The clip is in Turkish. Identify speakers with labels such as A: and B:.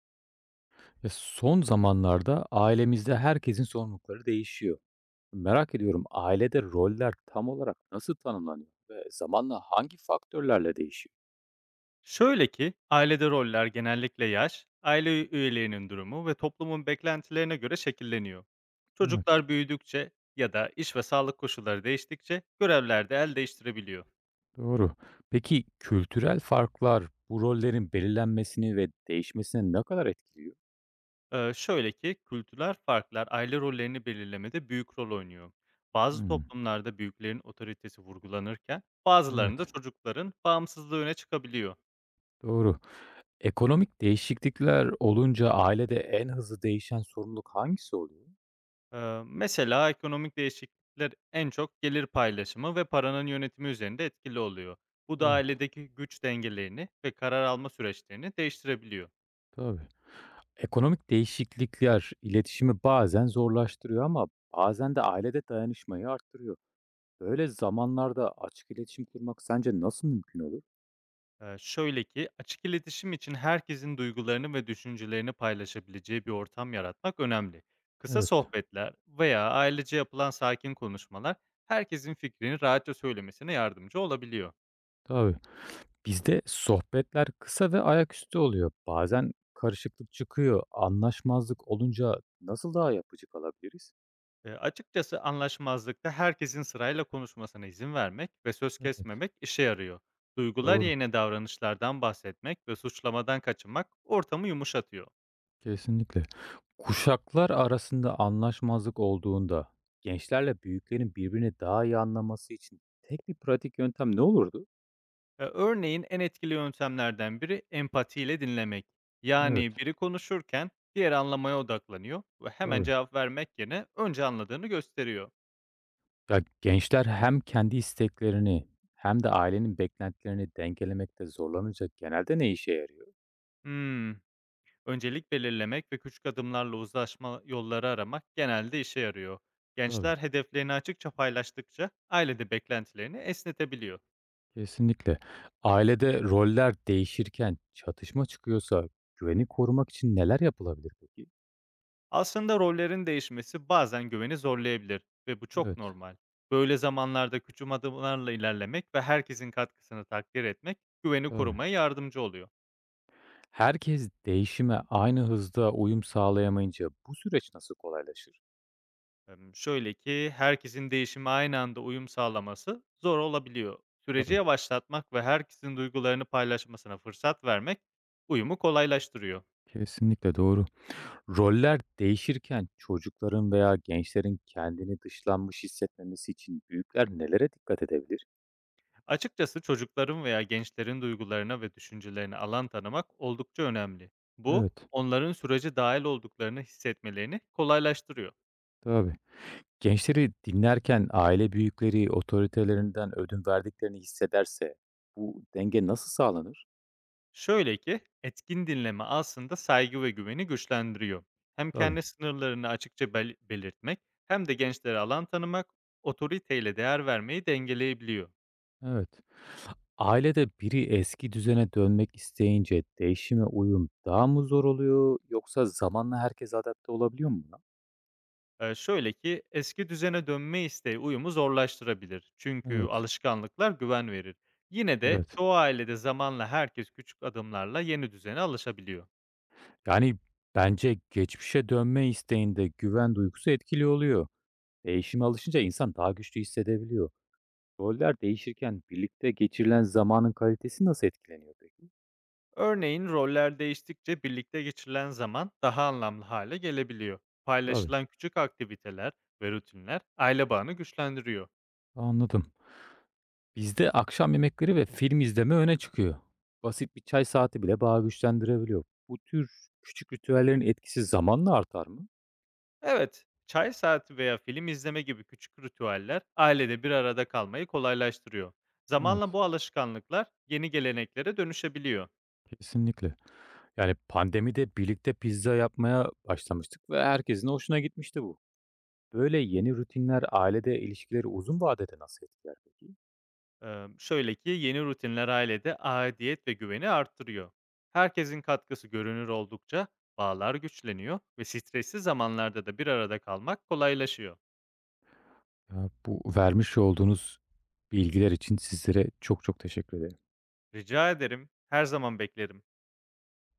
A: Ya, son zamanlarda ailemizde herkesin sorumlulukları değişiyor. Merak ediyorum ailede roller tam olarak nasıl tanımlanıyor ve zamanla hangi faktörlerle değişiyor?
B: Şöyle ki, ailede roller genellikle yaş, aile üyelerinin durumu ve toplumun beklentilerine göre şekilleniyor.
A: Evet,
B: Çocuklar büyüdükçe ya da iş ve sağlık koşulları değiştikçe görevler de el değiştirebiliyor.
A: doğru. Peki kültürel farklar bu rollerin belirlenmesini ve değişmesini ne kadar etkiliyor?
B: Şöyle ki, kültürel farklar aile rollerini belirlemede büyük rol oynuyor. Bazı
A: Hmm,
B: toplumlarda büyüklerin otoritesi vurgulanırken, bazılarında
A: evet,
B: çocukların bağımsızlığı öne çıkabiliyor.
A: doğru. Ekonomik değişiklikler olunca ailede en hızlı değişen sorumluluk hangisi oluyor?
B: Mesela ekonomik değişiklikler en çok gelir paylaşımı ve paranın yönetimi üzerinde etkili oluyor. Bu da
A: Evet,
B: ailedeki güç dengelerini ve karar alma süreçlerini değiştirebiliyor.
A: tabii. Ekonomik değişiklikler iletişimi bazen zorlaştırıyor ama bazen de ailede dayanışmayı arttırıyor. Böyle zamanlarda açık iletişim kurmak sence nasıl mümkün olur?
B: Şöyle ki açık iletişim için herkesin duygularını ve düşüncelerini paylaşabileceği bir ortam yaratmak önemli. Kısa
A: Evet,
B: sohbetler veya ailece yapılan sakin konuşmalar herkesin fikrini rahatça söylemesine yardımcı olabiliyor.
A: tabii. Bizde sohbetler kısa ve ayaküstü oluyor. Bazen karışıklık çıkıyor. Anlaşmazlık olunca nasıl daha yapıcı kalabiliriz?
B: Açıkçası anlaşmazlıkta herkesin sırayla konuşmasına izin vermek ve söz
A: Evet,
B: kesmemek işe yarıyor. Duygular
A: doğru.
B: yerine davranışlardan bahsetmek ve suçlamadan kaçınmak ortamı yumuşatıyor.
A: Kesinlikle. Kuşaklar arasında anlaşmazlık olduğunda gençlerle büyüklerin birbirini daha iyi anlaması için tek bir pratik yöntem ne olurdu?
B: Örneğin en etkili yöntemlerden biri empatiyle dinlemek.
A: Evet,
B: Yani biri konuşurken diğer anlamaya odaklanıyor ve hemen
A: tabii.
B: cevap vermek yerine önce anladığını gösteriyor.
A: Ya, gençler hem kendi isteklerini hem de ailenin beklentilerini dengelemekte zorlanınca genelde ne işe yarıyor?
B: Hmm. Öncelik belirlemek ve küçük adımlarla uzlaşma yolları aramak genelde işe yarıyor.
A: Tabii,
B: Gençler hedeflerini açıkça paylaştıkça aile de beklentilerini esnetebiliyor.
A: kesinlikle. Ailede roller değişirken çatışma çıkıyorsa güveni korumak için neler yapılabilir peki?
B: Aslında rollerin değişmesi bazen güveni zorlayabilir ve bu
A: Evet,
B: çok normal. Böyle zamanlarda küçük adımlarla ilerlemek ve herkesin katkısını takdir etmek güveni
A: tabii.
B: korumaya yardımcı oluyor.
A: Herkes değişime aynı hızda uyum sağlayamayınca bu süreç nasıl kolaylaşır?
B: Şöyle ki, herkesin değişime aynı anda uyum sağlaması zor olabiliyor. Süreci
A: Tabii,
B: yavaşlatmak ve herkesin duygularını paylaşmasına fırsat vermek uyumu kolaylaştırıyor.
A: kesinlikle doğru. Roller değişirken çocukların veya gençlerin kendini dışlanmış hissetmemesi için büyükler nelere dikkat edebilir?
B: Açıkçası çocukların veya gençlerin duygularına ve düşüncelerine alan tanımak oldukça önemli. Bu,
A: Evet,
B: onların sürece dahil olduklarını hissetmelerini kolaylaştırıyor.
A: tabii. Gençleri dinlerken aile büyükleri otoritelerinden ödün verdiklerini hissederse bu denge nasıl sağlanır?
B: Şöyle ki, etkin dinleme aslında saygı ve güveni güçlendiriyor. Hem
A: Tabii.
B: kendi sınırlarını açıkça belirtmek hem de gençlere alan tanımak otoriteyle değer vermeyi dengeleyebiliyor.
A: Evet. Ailede biri eski düzene dönmek isteyince değişime uyum daha mı zor oluyor yoksa zamanla herkes adapte olabiliyor mu buna?
B: Şöyle ki eski düzene dönme isteği uyumu zorlaştırabilir. Çünkü
A: Evet.
B: alışkanlıklar güven verir. Yine de
A: Evet.
B: çoğu ailede zamanla herkes küçük adımlarla yeni düzene alışabiliyor.
A: Yani, bence geçmişe dönme isteğinde güven duygusu etkili oluyor. Değişime alışınca insan daha güçlü hissedebiliyor. Roller değişirken birlikte geçirilen zamanın kalitesi nasıl etkileniyor peki?
B: Örneğin roller değiştikçe birlikte geçirilen zaman daha anlamlı hale gelebiliyor.
A: Tabii,
B: Paylaşılan küçük aktiviteler ve rutinler aile bağını güçlendiriyor.
A: anladım. Bizde akşam yemekleri ve film izleme öne çıkıyor. Basit bir çay saati bile bağı güçlendirebiliyor. Bu tür küçük ritüellerin etkisi zamanla artar mı?
B: Evet, çay saati veya film izleme gibi küçük ritüeller ailede bir arada kalmayı kolaylaştırıyor. Zamanla
A: Evet,
B: bu alışkanlıklar yeni geleneklere dönüşebiliyor.
A: kesinlikle. Yani pandemide birlikte pizza yapmaya başlamıştık ve herkesin hoşuna gitmişti bu. Böyle yeni rutinler ailede ilişkileri uzun vadede nasıl etkiler peki?
B: Şöyle ki yeni rutinler ailede aidiyet ve güveni arttırıyor. Herkesin katkısı görünür oldukça bağlar güçleniyor ve stresli zamanlarda da bir arada kalmak kolaylaşıyor.
A: Ya, bu vermiş olduğunuz bilgiler için sizlere çok teşekkür ederim.
B: Rica ederim, her zaman beklerim.